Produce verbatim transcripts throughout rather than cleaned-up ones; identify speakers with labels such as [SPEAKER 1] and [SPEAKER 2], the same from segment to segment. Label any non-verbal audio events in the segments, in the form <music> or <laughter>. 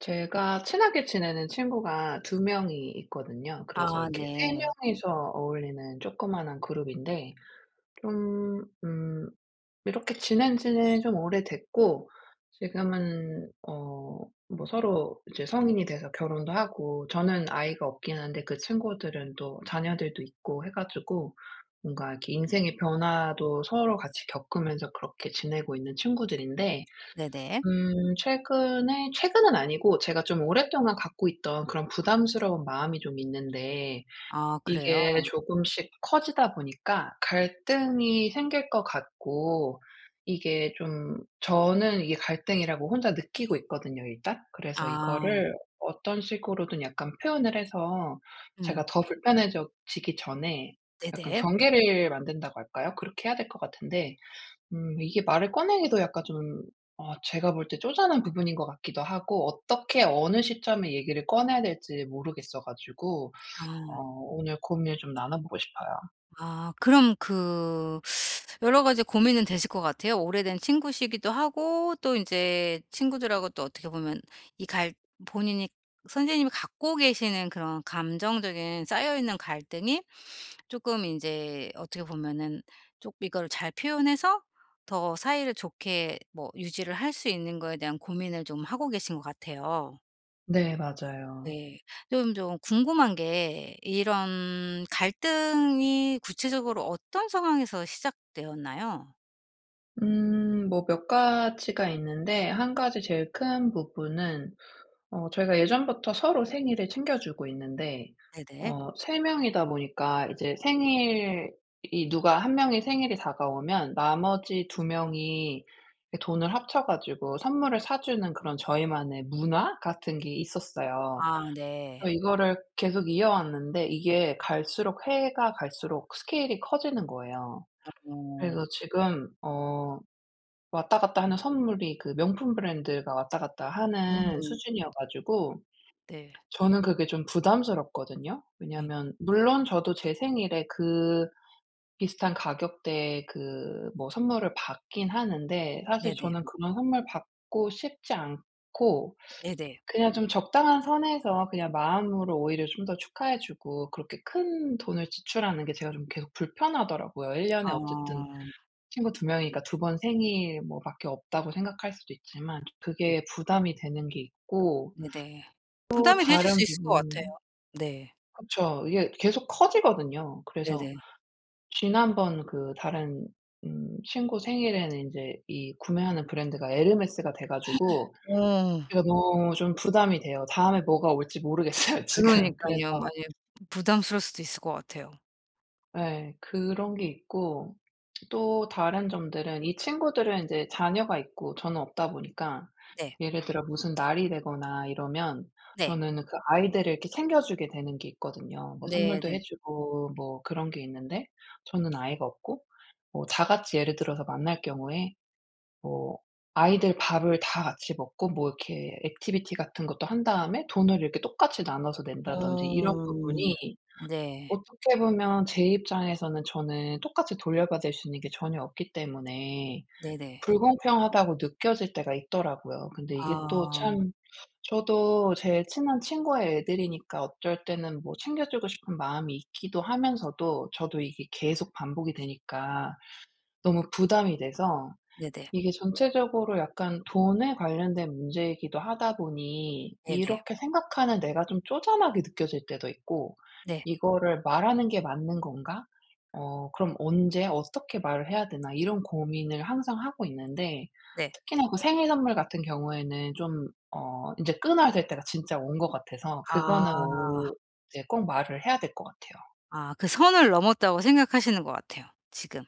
[SPEAKER 1] 제가 친하게 지내는 친구가 두 명이 있거든요. 그래서
[SPEAKER 2] 아
[SPEAKER 1] 이렇게 세
[SPEAKER 2] 네.
[SPEAKER 1] 명이서 어울리는 조그마한 그룹인데 좀 음 이렇게 지낸 지는 좀 오래됐고, 지금은 어 뭐 서로 이제 성인이 돼서 결혼도 하고, 저는 아이가 없긴 한데 그 친구들은 또 자녀들도 있고 해 가지고 뭔가 이렇게 인생의 변화도 서로 같이 겪으면서 그렇게 지내고 있는 친구들인데,
[SPEAKER 2] 네네.
[SPEAKER 1] 음 최근에 최근은 아니고 제가 좀 오랫동안 갖고 있던 그런 부담스러운 마음이 좀 있는데,
[SPEAKER 2] 아 그래요?
[SPEAKER 1] 이게 조금씩 커지다 보니까 갈등이 생길 것 같고, 이게 좀 저는 이게 갈등이라고 혼자 느끼고 있거든요 일단. 그래서
[SPEAKER 2] 아.
[SPEAKER 1] 이거를 어떤 식으로든 약간 표현을 해서
[SPEAKER 2] 음.
[SPEAKER 1] 제가 더 불편해져 지기 전에 약간
[SPEAKER 2] 네네.
[SPEAKER 1] 경계를 만든다고 할까요? 그렇게 해야 될 것 같은데, 음 이게 말을 꺼내기도 약간 좀 어 제가 볼 때 쪼잔한 부분인 것 같기도 하고, 어떻게 어느 시점에 얘기를 꺼내야 될지 모르겠어 가지고 어
[SPEAKER 2] 아.
[SPEAKER 1] 오늘 고민을 좀 나눠 보고 싶어요.
[SPEAKER 2] 아 그럼 그 여러 가지 고민은 되실 것 같아요. 오래된 친구시기도 하고 또 인제 친구들하고 또 어떻게 보면 이 갈 본인이 선생님이 갖고 계시는 그런 감정적인 쌓여있는 갈등이 쪼끔 인제 어떻게 보면은 쪽 이거를 잘 표현해서 더 사이를 좋게 뭐 유지를 할 수 있는 거에 대한 고민을 좀 하고 계신 것 같아요.
[SPEAKER 1] 네, 맞아요.
[SPEAKER 2] 네. 좀 좀 궁금한 게 이런 갈등이 구체적으로 어떤 상황에서 시작되었나요?
[SPEAKER 1] 음 뭐 몇 가지가 있는데 한 가지 제일 큰 부분은, 어 저희가 예전부터 서로 생일을 챙겨주고 있는데,
[SPEAKER 2] 네네.
[SPEAKER 1] 어 세 명이다 보니까 이제 생일이 누가 한 명이 생일이 다가오면 나머지 두 명이 이렇게 돈을 합쳐 가지고 선물을 사 주는 그런 저희만의 문화 같은 게 있었어요.
[SPEAKER 2] 아 네.
[SPEAKER 1] 그래서 이거를 계속 이어왔는데 이게 갈수록, 해가 갈수록 스케일이 커지는 거예요.
[SPEAKER 2] 어.
[SPEAKER 1] 그래서 지금 어 왔다 갔다 하는 선물이 그 명품 브랜드가 왔다 갔다 하는
[SPEAKER 2] 음.
[SPEAKER 1] 수준이어 가지고
[SPEAKER 2] 네.
[SPEAKER 1] 저는 그게 좀 부담스럽거든요.
[SPEAKER 2] 네.
[SPEAKER 1] 왜냐하면 물론 저도 제 생일에 그 비슷한 가격대의 그 뭐 선물을 받긴 하는데, 사실
[SPEAKER 2] 네네.
[SPEAKER 1] 저는 그런 선물 받고 싶지 않고
[SPEAKER 2] 네네.
[SPEAKER 1] 그냥 좀 적당한 선에서 그냥 마음으로 오히려 좀 더 축하해 주고, 그렇게 큰 돈을 지출하는 게 제가 좀 계속 불편하더라고요. 일 년에 어쨌든
[SPEAKER 2] 아.
[SPEAKER 1] 친구 두 명이니까 두 번 생일 뭐 밖에 없다고 생각할 수도 있지만
[SPEAKER 2] 네.
[SPEAKER 1] 그게 부담이 되는 게 있고,
[SPEAKER 2] 네네.
[SPEAKER 1] 또
[SPEAKER 2] 부담이 되실 수
[SPEAKER 1] 다른
[SPEAKER 2] 있을 것
[SPEAKER 1] 부분,
[SPEAKER 2] 같아요. 네.
[SPEAKER 1] 그쵸. 이게 계속 커지거든요. 그래서
[SPEAKER 2] 네네.
[SPEAKER 1] 지난번 그 다른 음 친구 생일에는 인제 이 구매하는 브랜드가 에르메스가 돼 가지고
[SPEAKER 2] 어
[SPEAKER 1] 제가 너무 좀 부담이 돼요. 다음에 뭐가 올지 모르겠어요 <laughs> 지금.
[SPEAKER 2] 그러니깐요.
[SPEAKER 1] 그래서
[SPEAKER 2] 많이 부담스러울 수도 있을 것 같아요.
[SPEAKER 1] 예, 그런 게 있고, 또 다른 점들은 이 친구들은 이제 자녀가 있고 저는 없다 보니까,
[SPEAKER 2] 네.
[SPEAKER 1] 예를 들어 무슨 날이 되거나 이러면
[SPEAKER 2] 네.
[SPEAKER 1] 저는 그 아이들을 이렇게 챙겨주게 되는 게 있거든요. 뭐 선물도
[SPEAKER 2] 네네.
[SPEAKER 1] 해 주고 뭐 그런 게 있는데, 저는 아이가 없고 뭐 다 같이 예를 들어서 만날 경우에 뭐 아이들 밥을 다 같이 먹고 뭐 이렇게 액티비티 같은 것도 한 다음에 돈을 이렇게 똑같이 나눠서 낸다든지 이런
[SPEAKER 2] 어.
[SPEAKER 1] 부분이
[SPEAKER 2] 네.
[SPEAKER 1] 어떻게 보면 제 입장에서는 저는 똑같이 돌려받을 수 있는 게 전혀 없기 때문에
[SPEAKER 2] 네네.
[SPEAKER 1] 불공평하다고 느껴질 때가 있더라고요. 근데 이게 또
[SPEAKER 2] 아.
[SPEAKER 1] 참, 저도 제 친한 친구의 애들이니까 어쩔 때는 뭐 챙겨주고 싶은 마음이 있기도 하면서도, 저도 이게 계속 반복이 되니까 너무 부담이 돼서,
[SPEAKER 2] 네네.
[SPEAKER 1] 이게 전체적으로 약간 돈에 관련된 문제이기도 하다 보니
[SPEAKER 2] 네네.
[SPEAKER 1] 이렇게 생각하는 내가 좀 쪼잔하게 느껴질 때도 있고,
[SPEAKER 2] 네.
[SPEAKER 1] '이거를 말하는 게 맞는 건가? 어 그럼 언제 어떻게 말을 해야 되나?' 이런 고민을 항상 하고 있는데,
[SPEAKER 2] 네.
[SPEAKER 1] 특히나 그 생일 선물 같은 경우에는 좀 어 인제 끊어야 될 때가 진짜 온 것 같아서, 그거는
[SPEAKER 2] 아.
[SPEAKER 1] 오 이제 꼭 말을 해야 될 것 같아요.
[SPEAKER 2] 아 그 선을 넘었다고 생각하시는 것 같아요 지금.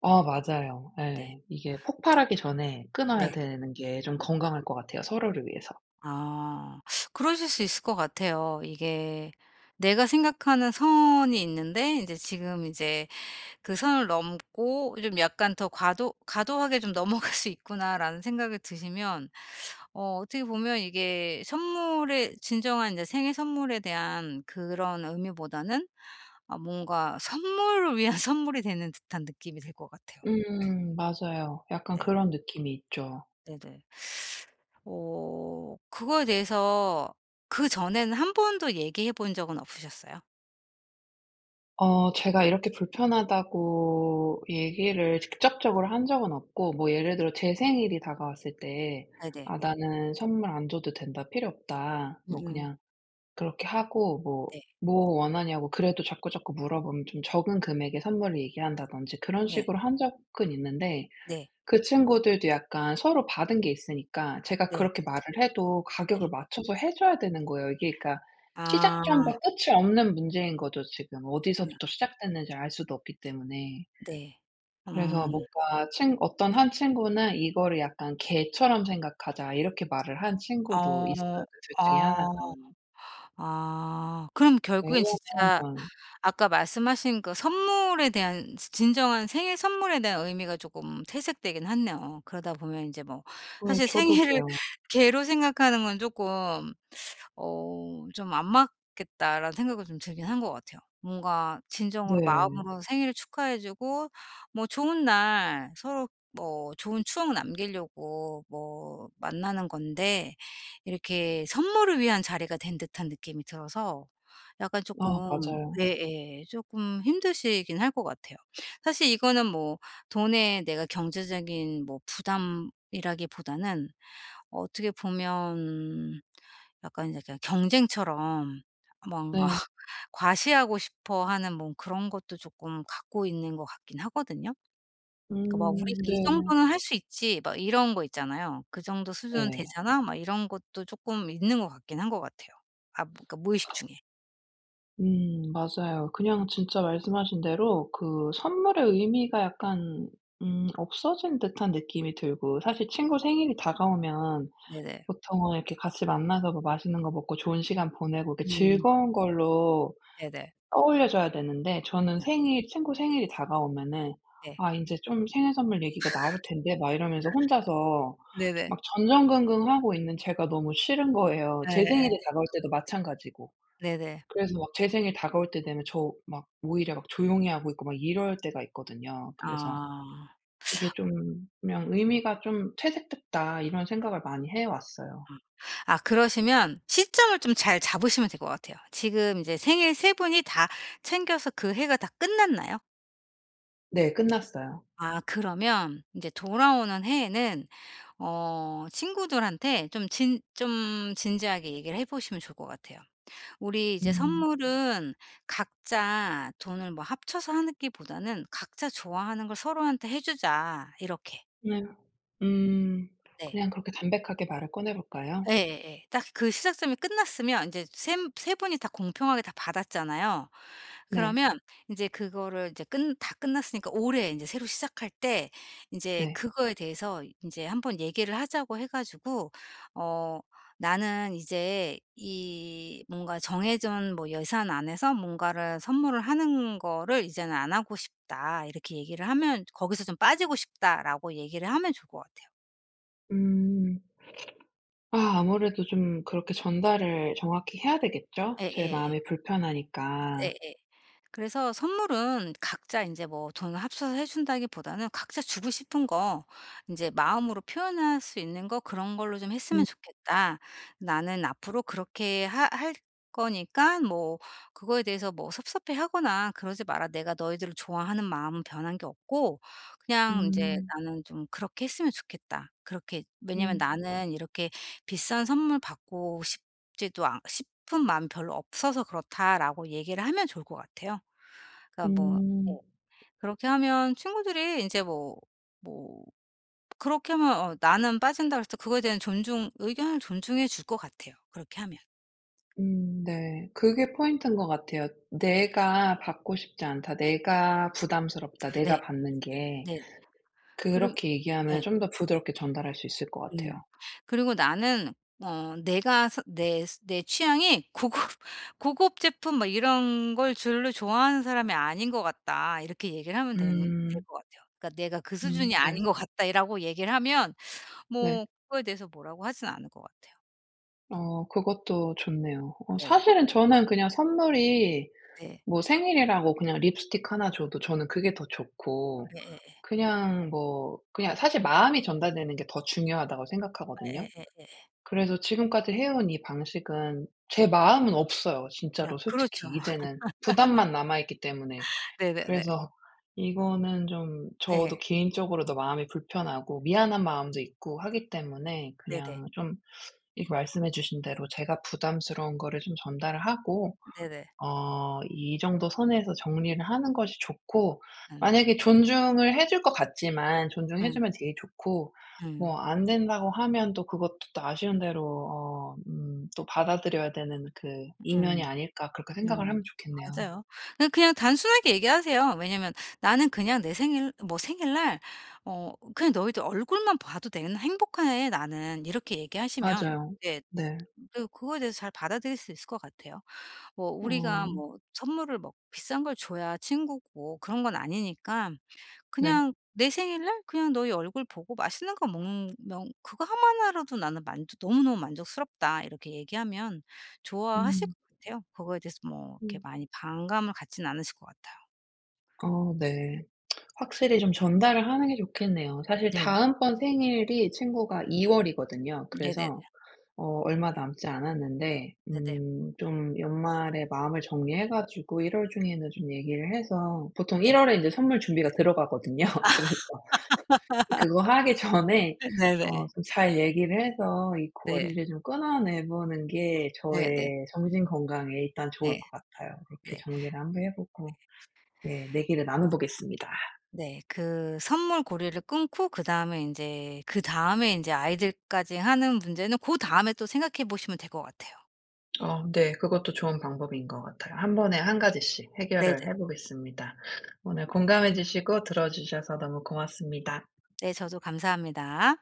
[SPEAKER 1] 아, 맞아요.
[SPEAKER 2] 네.
[SPEAKER 1] 예. 이게 폭발하기 전에 끊어야
[SPEAKER 2] 네.
[SPEAKER 1] 되는 게 좀 건강할 것 같아요 서로를 위해서.
[SPEAKER 2] 아. 그러실 수 있을 것 같아요. 이게 내가 생각하는 선이 있는데 인제 지금 이제 그 선을 넘고 좀 약간 더 과도 '과도하게 좀 넘어갈 수 있구나.'라는 생각이 드시면 어 어떻게 보면 이게 선물의 진정한 이제 생일 선물에 대한 그런 의미보다는 아 뭔가 선물을 위한 <laughs> 선물이 되는 듯한 느낌이 들 것 같아요.
[SPEAKER 1] 음 맞아요. 약간
[SPEAKER 2] 네.
[SPEAKER 1] 그런 느낌이 있죠.
[SPEAKER 2] 네네. 어 그거에 대해서 그전에는 한 번도 얘기해 본 적은 없으셨어요?
[SPEAKER 1] 어 제가 이렇게 불편하다고 얘기를 직접적으로 한 적은 없고, 뭐 예를 들어 제 생일이 다가왔을 때
[SPEAKER 2] 네네.
[SPEAKER 1] "아 나는 선물 안 줘도 된다. 필요 없다." 뭐
[SPEAKER 2] 음음.
[SPEAKER 1] 그냥 그렇게 하고, 뭐
[SPEAKER 2] 네.
[SPEAKER 1] "뭐 원하냐."고 그래도 자꾸자꾸 물어보면 좀 적은 금액의 선물을 얘기한다든지 그런
[SPEAKER 2] 네.
[SPEAKER 1] 식으로 한 적은 있는데,
[SPEAKER 2] 네.
[SPEAKER 1] 그 친구들도 약간 서로 받은 게 있으니까 제가
[SPEAKER 2] 네.
[SPEAKER 1] 그렇게 말을 해도
[SPEAKER 2] 네.
[SPEAKER 1] 가격을 맞춰서 해 줘야 되는 거예요. 이게 그러니까 시작점과
[SPEAKER 2] 아.
[SPEAKER 1] 끝이 없는 문제인 거죠 지금.
[SPEAKER 2] 네.
[SPEAKER 1] 어디서부터 시작됐는지 알 수도 없기 때문에.
[SPEAKER 2] 네.
[SPEAKER 1] 그래서
[SPEAKER 2] 음.
[SPEAKER 1] 뭔가 친 어떤 한 친구는 "이거를 약간 개처럼 생각하자." 이렇게 말을 한 친구도
[SPEAKER 2] 어.
[SPEAKER 1] 있어요, 그 둘 중에 하나가.
[SPEAKER 2] 아. 아. 그럼
[SPEAKER 1] 네, 일
[SPEAKER 2] 결국엔
[SPEAKER 1] 년에 한
[SPEAKER 2] 진짜
[SPEAKER 1] 번.
[SPEAKER 2] 아까 말씀하신 그 선물에 대한 스 진정한 생일 선물에 대한 의미가 조금 퇴색되긴 하네요. 그러다 보면 인제 뭐
[SPEAKER 1] 예,
[SPEAKER 2] 사실
[SPEAKER 1] 저도
[SPEAKER 2] 생일을
[SPEAKER 1] 그래요.
[SPEAKER 2] <laughs> 개로 생각하는 건 쪼끔 어 '좀 안 맞겠다.'라는 생각을 좀 들긴 한 것 같아요. 뭔가 진정으로
[SPEAKER 1] 네.
[SPEAKER 2] 마음으로 생일을 축하해 주고 뭐 좋은 날 서로 뭐 좋은 추억 남기려고 뭐 만나는 건데 이렇게 선물을 위한 자리가 된 듯한 느낌이 들어서 약간
[SPEAKER 1] 아,
[SPEAKER 2] 조금
[SPEAKER 1] 맞아요.
[SPEAKER 2] 예예 쪼 힘드시긴 할 것 같아요. 사실 이거는 뭐 돈에 내가 경제적인 뭐 부담이라기보다는 어, 어떻게 보면 약간 이제 그냥 경쟁처럼 뭔가
[SPEAKER 1] 네.
[SPEAKER 2] <laughs> 과시하고 싶어 하는 뭐 그런 것도 조금 갖고 있는 것 같긴 하거든요. 그러니까 막 '우리가
[SPEAKER 1] 음,
[SPEAKER 2] 이
[SPEAKER 1] 네.
[SPEAKER 2] 정도는 할 수 있지.' 막 이런 거 있잖아요. '그 정도 수준은
[SPEAKER 1] 네.
[SPEAKER 2] 되잖아.' 막 이런 것도 조금 있는 것 같긴 한 것 같아요. 아 뭐- 그러니까 무의식 중에.
[SPEAKER 1] 음 맞아요. 그냥 진짜 말씀하신 대로 그 선물의 의미가 약간 음 없어진 듯한 느낌이 들고, 사실 친구 생일이 다가오면
[SPEAKER 2] 네네.
[SPEAKER 1] 보통은 이렇게 같이 만나서 뭐 맛있는 거 먹고 좋은 시간 보내고 이렇게
[SPEAKER 2] 음.
[SPEAKER 1] 즐거운 걸로
[SPEAKER 2] 네네.
[SPEAKER 1] 떠올려 줘야 되는데, 저는
[SPEAKER 2] 네.
[SPEAKER 1] 생일 친구 생일이 다가오면은
[SPEAKER 2] 네.
[SPEAKER 1] '아 이제 좀 생일 선물 얘기가 나올 텐데.' 막 이러면서 혼자서
[SPEAKER 2] 네네.
[SPEAKER 1] 막 전전긍긍하고 있는 제가 너무 싫은 거예요. 제 생일이
[SPEAKER 2] 예
[SPEAKER 1] 다가올 때도 마찬가지고.
[SPEAKER 2] 네네.
[SPEAKER 1] 그래서 막 제 생일 다가올 때 되면 저 막 오히려 막 조용히 하고 있고 막 이럴 때가 있거든요. 그래서
[SPEAKER 2] 아.
[SPEAKER 1] 이게 좀 그냥 '의미가 좀 퇴색됐다.' 이런 생각을 많이 해 왔어요.
[SPEAKER 2] 아 그러시면 시점을 좀 잘 잡으시면 될 것 같아요. 지금 이제 생일 세 분이 다 챙겨서 그 해가 다 끝났나요?
[SPEAKER 1] 네, 끝났어요.
[SPEAKER 2] 아 그러면 이제 돌아오는 해에는 어 친구들한테 좀 진 좀 진지하게 얘기를 해 보시면 좋을 것 같아요. "우리 이제
[SPEAKER 1] 음.
[SPEAKER 2] 선물은 각자 돈을 뭐 합쳐서 하기보다는 각자 좋아하는 걸 서로한테 해 주자." 이렇게.
[SPEAKER 1] 네. 음.
[SPEAKER 2] 네.
[SPEAKER 1] 그냥 그렇게 담백하게 말을 꺼내 볼까요?
[SPEAKER 2] 예예 예. 딱 그 시작점이 끝났으면 이제 세 세 분이 다 공평하게 다 받았잖아요.
[SPEAKER 1] 네.
[SPEAKER 2] 그러면 이제 그거를 이제 끝 다 끝났으니까 올해 이제 새로 시작할 때 이제
[SPEAKER 1] 네.
[SPEAKER 2] 그거에 대해서 이제 한번 얘기를 하자고 해 가지고 어 "나는 이제 이 뭔가 정해진 뭐 예산 안에서 뭔가를 선물을 하는 거를 이제는 안 하고 싶다." 이렇게 얘기를 하면 "거기서 좀 빠지고 싶다."라고 얘기를 하면 좋을 것 같아요.
[SPEAKER 1] 음. 아, 아무래도 좀 그렇게 전달을 정확히 해야 되겠죠?
[SPEAKER 2] 네.
[SPEAKER 1] 제
[SPEAKER 2] 예예
[SPEAKER 1] 마음이 불편하니까.
[SPEAKER 2] 예예. 그래서 선물은 각자 인제 뭐 돈을 합쳐서 해 준다기보다는 각자 주고 싶은 거 인제 마음으로 표현할 수 있는 거 그런 걸로 좀 했으면
[SPEAKER 1] 음.
[SPEAKER 2] 좋겠다. 나는 앞으로 그렇게 하 할 거니까 뭐 그거에 대해서 뭐 섭섭해하거나 그러지 마라. 내가 너희들을 좋아하는 마음은 변한 게 없고 그냥 인제
[SPEAKER 1] 음.
[SPEAKER 2] 나는 좀 그렇게 했으면 좋겠다. 그렇게 왜냐면
[SPEAKER 1] 음.
[SPEAKER 2] 나는 이렇게 비싼 선물 받고 싶 지도 않 싶은 마음이 별로 없어서 그렇다라고 얘기를 하면 좋을 것 같아요. 그러니까 뭐
[SPEAKER 1] 음.
[SPEAKER 2] 예. 그렇게 하면 친구들이 인제 뭐 뭐 그렇게 하면 어 나는 빠진다 그랬을 때 그거에 대한 존중 의견을 존중해 줄 것 같아요, 그렇게 하면.
[SPEAKER 1] 음, 네. 그게 포인트인 것 같아요. '내가 받고 싶지 않다. 내가 부담스럽다.
[SPEAKER 2] 네.
[SPEAKER 1] 내가 받는 게.'
[SPEAKER 2] 네. 그리고
[SPEAKER 1] 그렇게 얘기하면
[SPEAKER 2] 예.
[SPEAKER 1] 좀 더 부드럽게 전달할 수 있을 것 같아요.
[SPEAKER 2] 음. 그리고 나는 어 내가 서 내 스 내 취향이 고급 <laughs> 고급 제품 막 이런 걸 별로 좋아하는 사람이 아닌 것 같다. 이렇게 얘기를 하면 되는 될
[SPEAKER 1] 음.
[SPEAKER 2] 것 같아요. 그러니까 "내가 그
[SPEAKER 1] 음,
[SPEAKER 2] 수준이
[SPEAKER 1] 네.
[SPEAKER 2] 아닌 것 같다."라고 얘기를 하면
[SPEAKER 1] 네.
[SPEAKER 2] 뭐 그거에 대해서 뭐라고 하진 않을 것 같아요.
[SPEAKER 1] 어 그것도 좋네요. 어
[SPEAKER 2] 네네.
[SPEAKER 1] 사실은 저는 그냥 선물이
[SPEAKER 2] 네.
[SPEAKER 1] 뭐 생일이라고 그냥 립스틱 하나 줘도 저는 그게 더 좋고,
[SPEAKER 2] 예예예.
[SPEAKER 1] 그냥 뭐 그냥 사실 마음이 전달되는 게 더 중요하다고 생각하거든요.
[SPEAKER 2] 예예예예.
[SPEAKER 1] 그래서 지금까지 해온 이 방식은 제 마음은 없어요
[SPEAKER 2] 그냥
[SPEAKER 1] 진짜로 솔직히
[SPEAKER 2] 그렇죠. <laughs>
[SPEAKER 1] 이제는. 부담만 남아 있기 때문에.
[SPEAKER 2] 네네네.
[SPEAKER 1] 그래서 이거는 좀 저도
[SPEAKER 2] 예.
[SPEAKER 1] 개인적으로도 마음이 불편하고 미안한 마음도 있고 하기 때문에
[SPEAKER 2] 네네.
[SPEAKER 1] 그냥 좀 이렇게 말씀해 주신 대로 제가 부담스러운 거를 좀 전달을 하고,
[SPEAKER 2] 네네.
[SPEAKER 1] 어 이 정도 선에서 정리를 하는 것이 좋고,
[SPEAKER 2] 음.
[SPEAKER 1] 만약에 존중을 해줄 것 같지만 존중해
[SPEAKER 2] 음.
[SPEAKER 1] 주면 제일 좋고,
[SPEAKER 2] 음.
[SPEAKER 1] 뭐 안 된다고 하면 또 그것도 또 아쉬운 대로 어 음 또 받아들여야 되는 그 '이면이
[SPEAKER 2] 음.
[SPEAKER 1] 아닐까.' 그렇게
[SPEAKER 2] 네.
[SPEAKER 1] 생각을 하면 좋겠네요.
[SPEAKER 2] 맞아요. 그 그냥 단순하게 얘기하세요. 왜냐면 "나는 그냥 내 생일 뭐 생일날 어 그냥 너희들 얼굴만 봐도 되는 행복해 나는." 이렇게 얘기하시면
[SPEAKER 1] 맞아요.
[SPEAKER 2] 네
[SPEAKER 1] 네.
[SPEAKER 2] 그 그거에 대해서 잘 받아들일 수 있을 것 같아요. 뭐 우리가
[SPEAKER 1] 어
[SPEAKER 2] 뭐 선물을 뭐 비싼 걸 줘야 친구고 그런 건 아니니까
[SPEAKER 1] 네.
[SPEAKER 2] 그냥 내 생일날 그냥 너희 얼굴 보고 맛있는 거 먹으면 "그거 하나로도 나는 만족 너무너무 만족스럽다." 이렇게 얘기하면 좋아하실
[SPEAKER 1] 음.
[SPEAKER 2] 것 같아요. 그거에 대해서 뭐 이렇게
[SPEAKER 1] 음.
[SPEAKER 2] 많이 반감을 갖진 않으실 것 같아요.
[SPEAKER 1] 어 네. 확실히 좀 전달을 하는 게 좋겠네요. 사실
[SPEAKER 2] 네네.
[SPEAKER 1] 다음번 생일이 친구가 이 월이거든요.
[SPEAKER 2] 네네네.
[SPEAKER 1] 그래서 어 얼마 남지 않았는데,
[SPEAKER 2] 네네.
[SPEAKER 1] 음 좀 연말에 마음을 정리해 가지고 일 월 중에는 좀 얘기를 해서, 보통 일
[SPEAKER 2] 네.
[SPEAKER 1] 월에 이제 선물 준비가 들어가거든요. <laughs> 그래서 그거 하기 전에 어
[SPEAKER 2] 네네.
[SPEAKER 1] 좀 잘 얘기를 해서 이
[SPEAKER 2] 네.
[SPEAKER 1] 고리를 좀 끊어내 보는 게
[SPEAKER 2] 네네.
[SPEAKER 1] 저의 정신 건강에 일단
[SPEAKER 2] 예.
[SPEAKER 1] 좋을 것 같아요. 이렇
[SPEAKER 2] 네.
[SPEAKER 1] 게
[SPEAKER 2] 네.
[SPEAKER 1] 정리를 한번 해 보고, 예, 내기를 나눠 보겠습니다.
[SPEAKER 2] 네. 그 선물 고리를 끊고 그다음에 인제 그다음에 인제 아이들까지 하는 문제는 고다음에 또 생각해 보시면 될 것 같아요.
[SPEAKER 1] 어 네, 그것도 좋은 방법인 것 같아요. 한 번에 한 가지씩 해결을
[SPEAKER 2] 네네.
[SPEAKER 1] 해 보겠습니다. 오늘 공감해 주시고 들어 주셔서 너무 고맙습니다.
[SPEAKER 2] 네. 저도 감사합니다.